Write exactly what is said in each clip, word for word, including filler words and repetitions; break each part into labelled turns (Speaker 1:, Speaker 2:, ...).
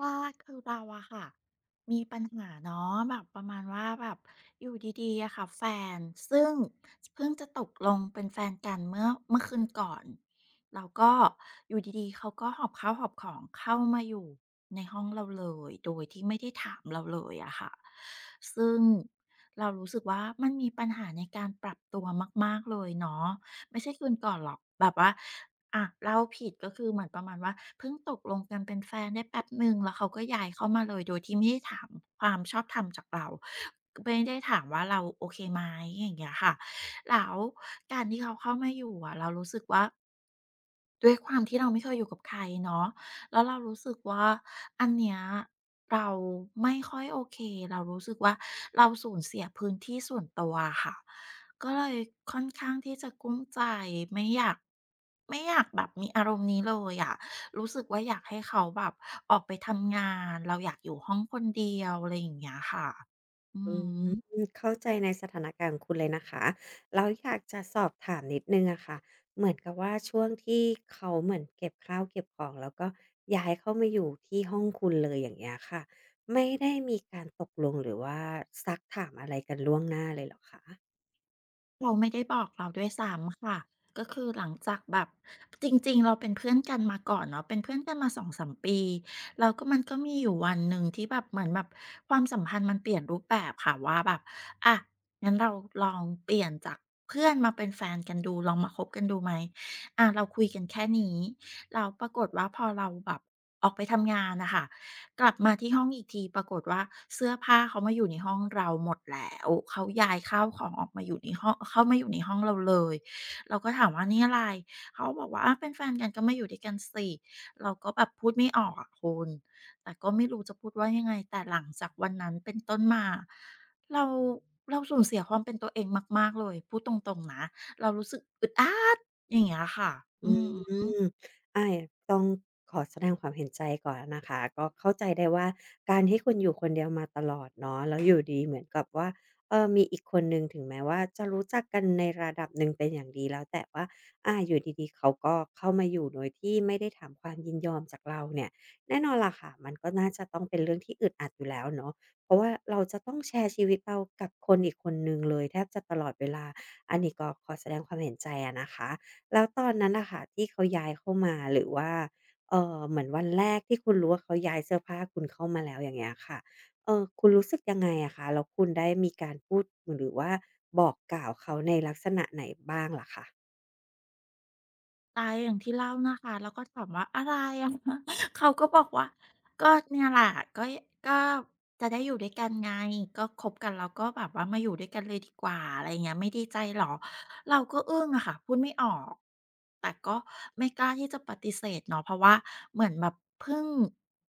Speaker 1: ว่าคือเราอะค่ะมีปัญหาเนาะแบบประมาณว่าแบบอยู่ดีๆอะค่ะแฟนซึ่งเพิ่งจะตกลงเป็นแฟนกันเมื่อเมื่อคืนก่อนแล้วก็อยู่ดีๆเขาก็หอบข้าวหอบของเข้ามาอยู่ในห้องเราเลยโดยที่ไม่ได้ถามเราเลยอะค่ะซึ่งเรารู้สึกว่ามันมีปัญหาในการปรับตัวมากๆเลยเนาะ ไม่ใช่คืนก่อนหรอกแบบว่าอ่ะเล่าผิดก็คือเหมือนประมาณว่าเพิ่งตกลงกันเป็นแฟนได้แป๊บหนึ่งแล้วเขาก็ย้ายเข้ามาเลยโดยที่ไม่ได้ถามความชอบธรรมจากเราไม่ได้ถามว่าเราโอเคไหมอย่างเงี้ยค่ะแล้วการที่เขาเข้ามาอยู่อะเรารู้สึกว่า ด้วยความที่เราไม่เคยอยู่กับใครเนาะแล้วเรารู้สึกว่าอันเนี้ยเราไม่ค่อยโอเคเรารู้สึกว่าเราสูญเสียพื้นที่ส่วนตัวอะค่ะ ก็เลยค่อนข้างที่จะกลุ้มใจไม่อยากไม่อยากแบบมีอารมณ์นี้เลยอะรู้สึกว่าอยากให้เขาแบบออกไปทำงานเราอยากอยู่ห้องคนเดียวอะไรอย่างเงี้ยค่ะอื
Speaker 2: อื
Speaker 1: อ
Speaker 2: ม
Speaker 1: ฮึ
Speaker 2: เข้าใจในสถานการณ์ของคุณเลยนะคะแล้วอยากจะสอบถามนิดหนึ่งอะค่ะเหมือนกับว่าช่วงที่เขาเหมือนเก็บข้าวเก็บของแล้วก็ย้ายเข้ามาอยู่ที่ห้องคุณเลยอย่างเงี้ยค่ะไม่ได้มีการตกลงหรือว่าซักถามอะไรกันล่วงหน้าเลยเหรอคะ
Speaker 1: เราไม่ได้บอกเราด้วยซ้ำค่ะก็คือหลังจากแบบจริงๆเราเป็นเพื่อนกันมาก่อนเนาะเป็นเพื่อนกันมาสสองสามปีแล้วก็มันก็มีอยู่วันหนึ่งที่แบบเหมือนแบบความสัมพันธ์มันเปลี่ยนรูปแบบค่ะว่าแบบอะงั้นเราลองเปลี่ยนจากเพื่อนมาเป็นแฟนกันดูลองมาคบกันดูไหมอาเราคุยกันแค่นี้แล้วปรากฏว่าพอเราแบบออกไปทำงานน่ะค่ะ กลับมาที่ห้องอีกทีปรากฏว่าเสื้อผ้าเขามาอยู่ในห้องเราหมดแล้วเขาย้ายข้าวของออกมาอยู่ในห้องเข้ามาอยู่ในห้องเราเลยเราก็ถามว่านี่อะไรเขาก็บอกว่าอาเป็นแฟนกันก็มาอยู่ด้วยกันสิเราก็แบบพูดไม่ออกอะคุณแต่ก็ไม่รู้จะพูดว่ายังไงแต่หลังจากวันนั้นเป็นต้นมาเราเราสูญเสียความเป็นตัวเองมากๆเลยพูดตรงๆนะเรารู้สึกอึดอัดอย่างเงี้ยค่ะอื
Speaker 2: อื
Speaker 1: ม
Speaker 2: มอาต้องขอแสดงความเห็นใจก่อนะนะคะก็เข้าใจได้ว่าการที่คุณอยู่คนเดียวมาตลอดเนาะแล้วอยู่ดีเหมือนกับว่าเออมีอีกคนหนึ่งถึงแม้ว่าจะรู้จักกันในระดับหนึ่งเป็นอย่างดีแล้วแต่ว่าอาอยู่ดีๆเขาก็เข้ามาอยู่โดยที่ไม่ได้ถามความยินยอมจากเราเนี่ยแน่นอนล่ะค่ะมันก็น่าจะต้องเป็นเรื่องที่อึดอัดอยู่แล้วเนาะเพราะว่าเราจะต้องแชร์ชีวิตเรากับคนอีกคนหนึ่งเลยแทบจะตลอดเวลา อันนี้ก็ขอแสดงความเห็นใจอะนะคะ แล้วตอนนั้นน่ะค่ะที่เขาย้ายเข้ามาหรือว่าเอ่อเหมือนวันแรกที่คุณรู้ว่าเขาย้ายเสื้อผ้าคุณเข้ามาแล้วอย่างเงี้ยค่ะเอ่อคุณรู้สึกยังไงอะคะแล้วคุณได้มีการพูดหรือว่าบอกกล่าวเขาในลักษณะไหนบ้างล่ะคะ
Speaker 1: ตายอย่างที่เล่านะคะแล้วก็ถามว่าอะไรอะะ เขาก็บอกว่าก็เนี่ยแหละก็ก็จะได้อยู่ด้วยกันไงก็คบกันแล้วก็แบบว่ามาอยู่ด้วยกันเลยดีกว่าอะไรอย่างเงี้ยไม่ดีใจเหรอเราก็อึ้งอะค่ะพูดไม่ออกแต่ก็ไม่กล้าที่จะปฏิเสธเนาะเพราะว่าเหมือนแบบเพิ่ง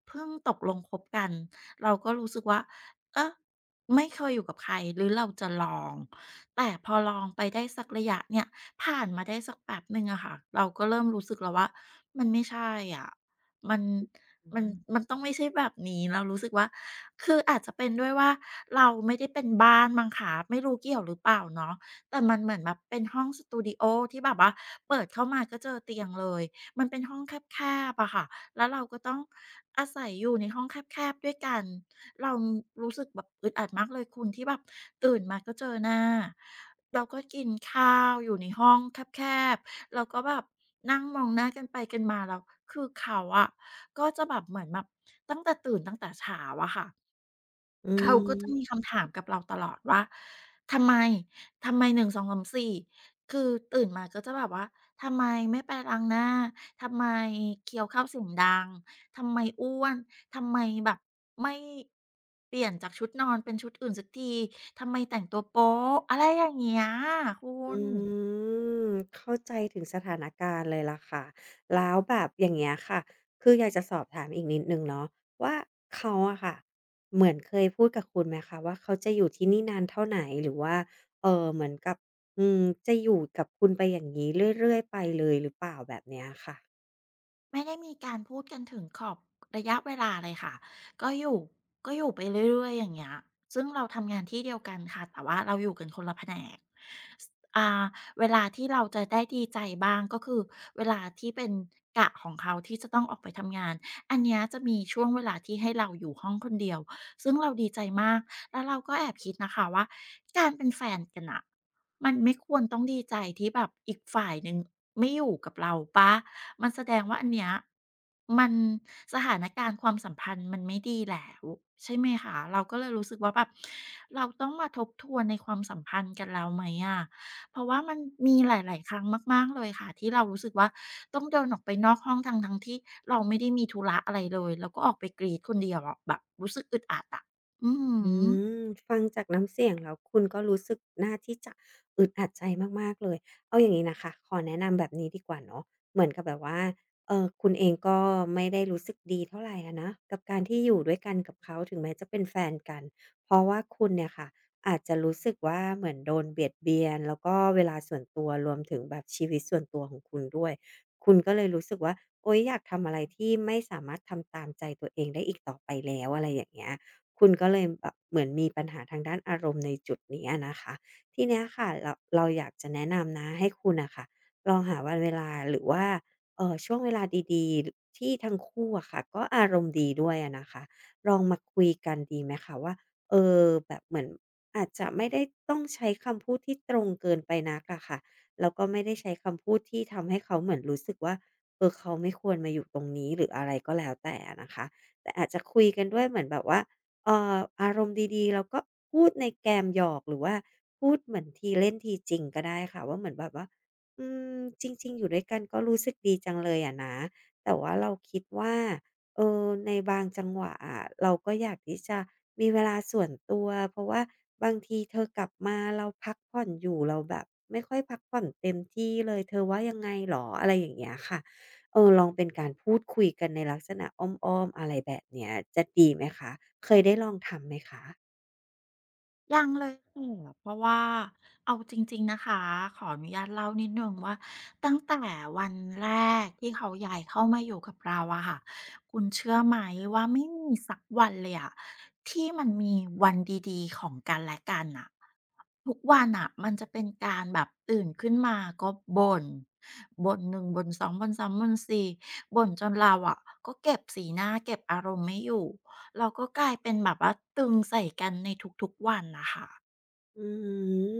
Speaker 1: เพิ่งตกลงคบกันเราก็รู้สึกว่าเออไม่เคยอยู่กับใครหรือเราจะลองแต่พอลองไปได้สักระยะเนี่ย ผ่านมาได้สักแป๊บหนึ่งอะค่ะเราก็เริ่มรู้สึกแล้วว่ามันไม่ใช่อะมัน
Speaker 2: อื
Speaker 1: มันมั
Speaker 2: ม
Speaker 1: นต้องไม่ใช่แบบนี้เรารู้สึกว่าคืออาจจะเป็นด้วยว่าเราไม่ได้เป็นบ้านมั้งคะไม่รู้เกี่ยวหรือเปล่าเนาะแต่มันเหมือนแบบเป็นห้องสตูดิโอที่แบบว่าเปิดเข้ามาก็เจอเตียงเลยมันเป็นห้องแคบๆอะค่ะแล้วเราก็ต้องอาศัยอยู่ในห้องแคบๆด้วยกัน เรารู้สึกแบบอึดอัดมากเลยคุณที่แบบตื่นมาก็เจอหน้าเราก็กินข้าวอยู่ในห้องแคบๆแล้วก็แบบนั่งมองหน้ากันไปกันมาแล้วคือเขาอะก็จะแบบเหมือนแบบตั้งแต่ตื่นตั้งแต่เช้าอะค่ะ
Speaker 2: อื
Speaker 1: เขาก็จะมี
Speaker 2: ม
Speaker 1: คำถามกับเราตลอดว่าทำไมทำไมหนึ่ง สอง สาม สี่" คือตื่นมาก็จะแบบว่าทำไมไม่ไปล้างหน้าทำไมเคี้ยวข้าวเสียงดังทำไมอ้วนทำไมแบบไม่เปลี่ยนจากชุดนอนเป็นชุดอื่นสักทีทำไมแต่งตัวโป๊ะอะไรอย่างเงี้ยคุณ
Speaker 2: อืมเข้าใจถึงสถานการณ์เลยล่ะค่ะแล้วแบบอย่างเงี้ยค่ะคืออยากจะสอบถามอีกนิดหนึ่งเนาะว่าเขาอะค่ะเหมือนเคยพูดกับคุณไหมคะว่าเขาจะอยู่ที่นี่นานเท่าไหนหรือว่าเอ่อเหมือนกับอืมจะอยู่กับคุณไปอย่างงี้เรื่อยๆไปเลยหรือเปล่าแบบเนี้ยค่ะ
Speaker 1: ไม่ได้มีการพูดกันถึงขอบระยะเวลาเลยค่ะก็อยู่ก็อยู่ไปเรื่อยๆอย่างเงี้ยซึ่งเราทำงานที่เดียวกันค่ะแต่ว่าเราอยู่กันคนละแผนกสอ่าเวลาที่เราจะได้ดีใจบ้างก็คือเวลาที่เป็นกะของเขาที่จะต้องออกไปทำงานอันเนี้ยจะมีช่วงเวลาที่ให้เราอยู่ห้องคนเดียวซึ่งเราดีใจมากแล้วเราก็แอบคิดนะคะว่าการเป็นแฟนกันน่ะ มันไม่ควรต้องดีใจที่แบบอีกฝ่ายหนึ่งไม่อยู่กับเราปะมันแสดงว่าอันเนี้ยมันสถานการณ์ความสัมพันธ์มันไม่ดีแล้วใช่ไหมคะเราก็เลยรู้สึกว่าแบบเราต้องมาทบทวนในความสัมพันธ์กันแล้วไหมอะเพราะว่ามันมีหลายๆครั้งมากๆเลยค่ะที่เรารู้สึกว่าต้องเดินออกไปนอกห้องทั้งๆที่เราไม่ได้มีธุระอะไรเลยแล้วก็ออกไปกรีดคนเดียวอะแบบรู้สึกอึดอัดอะอือหื
Speaker 2: อืม
Speaker 1: อ
Speaker 2: ฟังจากน้ำเสียงแล้วคุณก็รู้สึกน่าที่จะอึดอัดใจมากๆเลยเอาอย่างนี้นะคะขอแนะนำแบบนี้ดีกว่าเนาะเหมือนกับแบบว่าเออคุณเองก็ไม่ได้รู้สึกดีเท่าไหรอะนะกับการที่อยู่ด้วยกันกับเขาถึงแม้จะเป็นแฟนกันเพราะว่าคุณเนี่ยค่ะอาจจะรู้สึกว่าเหมือนโดนเบียดเบียนแล้วก็เวลาส่วนตัวรวมถึงแบบชีวิตส่วนตัวของคุณด้วยคุณก็เลยรู้สึกว่าโอ๊ยอยากทำอะไรที่ไม่สามารถทำตามใจตัวเองได้อีกต่อไปแล้วอะไรอย่างเงี้ย คุณก็เลยแบบเหมือนมีปัญหาทางด้านอารมณ์ในจุดนี้อะนะคะทีเนี้ยค่ะเราเราอยากจะแนะนำนะให้คุณน่ะค่ะลองหาวันเวลาหรือว่าเอ่อช่วงเวลาดีๆที่ทั้งคู่อะค่ะก็อารมณ์ดีด้วยอะนะคะลองมาคุยกันดีไหมคะว่าเออแบบเหมือนอาจจะไม่ได้ต้องใช้คำพูดที่ตรงเกินไปนักอะค่ะแล้วก็ไม่ได้ใช้คำพูดที่ทำให้เขาเหมือนรู้สึกว่าเออเขาไม่ควรมาอยู่ตรงนี้หรืออะไรก็แล้วแต่อะนะคะแต่อาจจะคุยกันด้วยเหมือนแบบว่า เอ่ออารมณ์ดีๆเราก็พูดในแกมหยอกหรือว่าพูดเหมือนทีเล่นทีจริงก็ได้ค่ะว่าเหมือนแบบว่าอืมจริงๆอยู่ด้วยกันก็รู้สึกดีจังเลยอะนะแต่ว่าเราคิดว่าเออในบางจังหวะอะเราก็อยากที่จะมีเวลาส่วนตัวเพราะว่าบางทีเธอกลับมาเราพักผ่อนอยู่เราแบบไม่ค่อยพักผ่อนเต็มที่เลยเธอว่ายังไงหรออะไรอย่างเงี้ยค่ะ เออลองเป็นการพูดคุยกันในลักษณะอ้อมๆอะไรแบบเนี้ยจะดีไหมคะเคยได้ลองทำไหมคะ
Speaker 1: ยังเลยค่ะเพราะว่าเอาจริงๆนะคะขออนุญาตเล่านิดหนึ่งว่าตั้งแต่วันแรกที่เขาย้ายเข้ามาอยู่กับเราอะค่ะคุณเชื่อไหมว่าไม่มีสักวันเลยอะที่มันมีวันดีๆของกันและกันอะทุกวันอะมันจะเป็นการแบบตื่นขึ้นมาก็บ่นบ่นหนึ่งบ่นสองบ่นสามบ่นสี่บ่นจนเราอะก็เก็บสีหน้าเก็บอารมณ์ไม่อยู่ เราก็กลายเป็นแบบว่าตึงใส่กันในทุกๆวันนะคะ
Speaker 2: อืม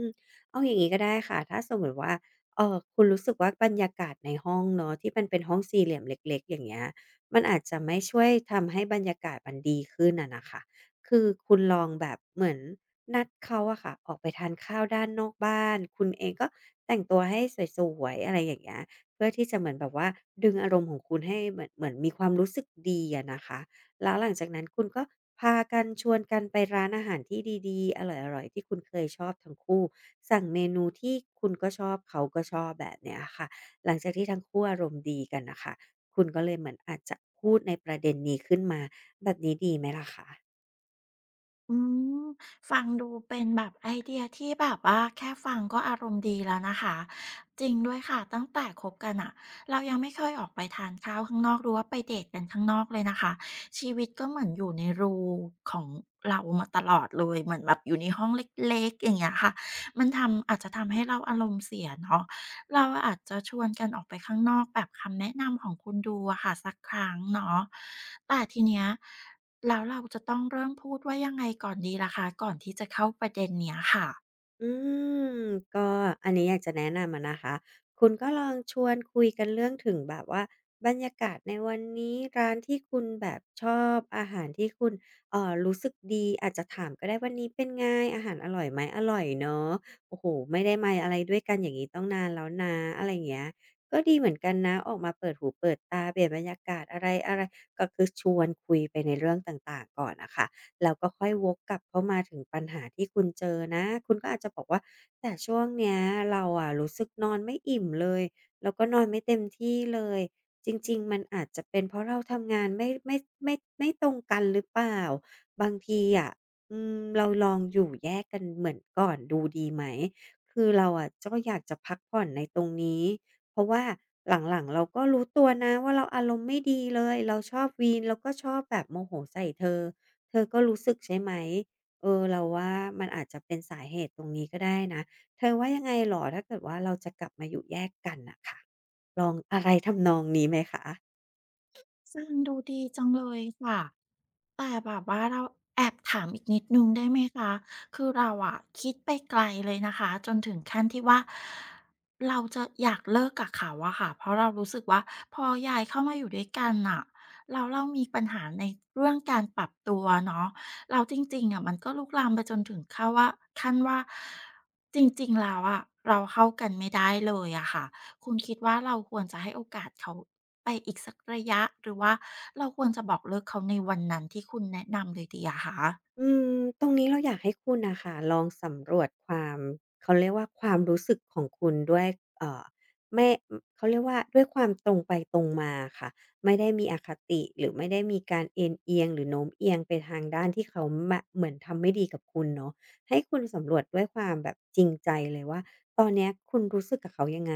Speaker 2: เอาอย่างนี้ก็ได้ค่ะถ้าสมมติว่าเออคุณรู้สึกว่าบรรยากาศในห้องเนอะที่มันเป็นห้องสี่เหลี่ยมเล็กๆอย่างเงี้ยมันอาจจะไม่ช่วยทำให้บรรยากาศมันดีขึ้นอะนะคะคือคุณลองแบบเหมือนนัดเขาอะค่ะออกไปทานข้าวด้านนอกบ้านคุณเองก็แต่งตัวให้สวยๆอะไรอย่างเงี้ยเพื่อที่จะเหมือนแบบว่าดึงอารมณ์ของคุณให้เหมือนเหมือนมีความรู้สึกดีอะนะคะ แล้วหลังจากนั้นคุณก็พากันชวนกันไปร้านอาหารที่ดีๆอร่อยๆที่คุณเคยชอบทั้งคู่สั่งเมนูที่คุณก็ชอบเขาก็ชอบแบบเนี้ยค่ะหลังจากที่ทั้งคู่อารมณ์ดีกันนะคะคุณก็เลยเหมือนอาจจะพูดในประเด็นนี้ขึ้นมาแบบนี้ดีไหมล่ะคะ
Speaker 1: อืมฟังดูเป็นแบบไอเดียที่แบบว่าแค่ฟังก็อารมณ์ดีแล้วนะคะจริงด้วยค่ะตั้งแต่คบกันอะเรายังไม่เคยออกไปทานข้าวข้างนอกหรือว่าไปเดทกันข้างนอกเลยนะคะชีวิตก็เหมือนอยู่ในรูของเรามาตลอดเลยเหมือนแบบอยู่ในห้องเล็กๆอย่างเงี้ยค่ะมันทำอาจจะทำให้เราอารมณ์เสียเนาะเราอาจจะชวนกันออกไปข้างนอกแบบคำแนะนำของคุณดูอะค่ะสักครั้งเนาะแต่ทีเนี้ย แล้วเราจะต้องเริ่มพูดว่ายังไงก่อนดีล่ะคะก่อนที่จะเข้าประเด็นเนี้ยค่ะ
Speaker 2: อืมก็อันนี้อยากจะแนะนำอะนะคะคุณก็ลองชวนคุยกันเรื่องถึงแบบว่าบรรยากาศในวันนี้ร้านที่คุณแบบชอบอาหารที่คุณเอ่อรู้สึกดีอาจจะถามก็ได้วันนี้เป็นไงอาหารอร่อยไหมอร่อยเนอะโอ้โหไม่ได้มาอะไรด้วยกันอย่างนี้ต้องนานแล้วนะอะไรอย่างเงี้ยก็ดีเหมือนกันนะออกมาเปิดหูเปิดตาเปลี่ยนบรรยากาศอะไรอะไรก็คือชวนคุยไปในเรื่องต่างๆก่อนนะคะ แล้วก็ค่อยวกกลับเข้ามาถึงปัญหาที่คุณเจอนะคุณก็อาจจะบอกว่าแต่ช่วงเนี้ยเราอะรู้สึกนอนไม่อิ่มเลยแล้วก็นอนไม่เต็มที่เลยจริงๆมันอาจจะเป็นเพราะเราทำงานไม่ไม่ไม่ไม่ตรงกันหรือเปล่าบางทีอะอืมเราลองอยู่แยกกันเหมือนก่อนดูดีไหมคือเราอะก็อยากจะพักผ่อนในตรงนี้เพราะว่าหลังๆเราก็รู้ตัวนะว่าเราอารมณ์ไม่ดีเลยเราชอบวีนเลาก็ชอบแบบโมโหใส่เธอ เธอก็รู้สึกใช่ไหม เออเราว่ามันอาจจะเป็นสาเหตุตรงนี้ก็ได้นะ เธอว่ายังไงหรอถ้าเกิดว่าเราจะกลับมาอยู่แยกกันน่ะค่ะลองอะไรทำนองนี้ไหมคะ
Speaker 1: ฟังดูดีจังเลยค่ะ แต่แบบว่าเราแอบถามอีกนิดนึงได้ไหมคะคือเราอะคิดไปไกลเลยนะคะจนถึงขั้นที่ว่าเราจะอยากเลิกกับเขาอะค่ะเพราะเรารู้สึกว่าพอย้ายเข้ามาอยู่ด้วยกันอะเราเรามีปัญหาในเรื่องการปรับตัวเนาะแร้จริงๆอะมันก็ลุกลามไปจนถึงขั้นว่าขั้นว่าจริงๆแล้วอะเราเข้ากันไม่ได้เลยอะค่ะ คุณคิดว่าเราควรจะให้โอกาสเขาไปอีกสักระยะหรือว่าเราควรจะบอกเลิกเขาในวันนั้นที่คุณแนะนำเลยดีอะคะ
Speaker 2: อืมตรงนี้เราอยากให้คุณน่ะค่ะลองสำรวจความเขาเรียกว่าความรู้สึกของคุณด้วยเอ่อไม่อเขาเรียกว่าด้วยความตรงไปตรงมาค่ะไม่ได้มีอคติหรือไม่ได้มีการเอนเอียงหรือโน้มเอียงไปทางด้านที่เขามะเหมือนทำไม่ดีกับคุณเนาะให้คุณสำรวจด้วยความแบบจริงใจเลยว่าตอนเนี้ยคุณรู้สึกกับเขายังไง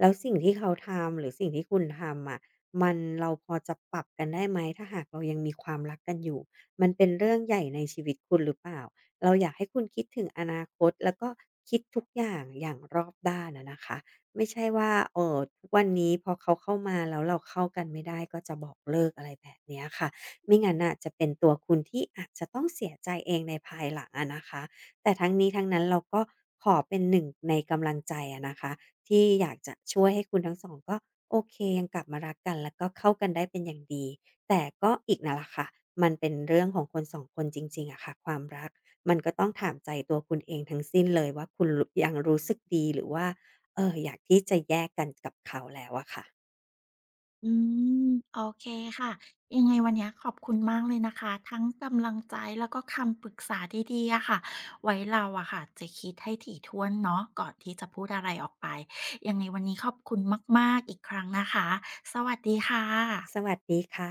Speaker 2: แล้วสิ่งที่เขาทำหรือสิ่งที่คุณทำอะมันเราพอจะปรับกันได้ไหมถ้าหากเรายังมีความรักกันอยู่ มันเป็นเรื่องใหญ่ในชีวิตคุณหรือเปล่า เราอยากให้คุณคิดถึงอนาคตแล้วก็คิดทุกอย่างอย่างรอบด้านอะนะคะไม่ใช่ว่าเอ่อทุกวันนี้พอเขาเข้ามาแล้วเราเข้ากันไม่ได้ก็จะบอกเลิกอะไรแบบเนี้ยค่ะไม่งั้นน่ะจะเป็นตัวคุณที่อาจจะต้องเสียใจเองในภายหลังอะนะคะแต่ทั้งนี้ทั้งนั้นเราก็ขอเป็นหนึ่งในกำลังใจอะนะคะที่อยากจะช่วยให้คุณทั้งสองก็โอเคยังกลับมารักกันแล้วก็เข้ากันได้เป็นอย่างดี แต่ก็อีกนั่นแหละค่ะ มันเป็นเรื่องของคนสองคนจริงๆอะค่ะความรักมันก็ต้องถามใจตัวคุณเองทั้งสิ้นเลยว่าคุณรยังรู้สึกดีหรือว่าเอ่ออยากที่จะแยกกันกับเขาแล้วอะค่ะ
Speaker 1: อืมโอเคค่ะ ยังไงวันเนี้ยขอบคุณมากเลยนะคะทั้งกำลังใจแล้วก็คำปรึกษาดีๆอะค่ะ ไว้เราอะค่ะจะคิดให้ถี่ถ้วนเนาะก่อนที่จะพูดอะไรออกไป ยังไงวันนี้ขอบคุณมากๆอีกครั้งนะคะ สวัสดีค่
Speaker 2: ส
Speaker 1: ะ
Speaker 2: วัสดีค่ะ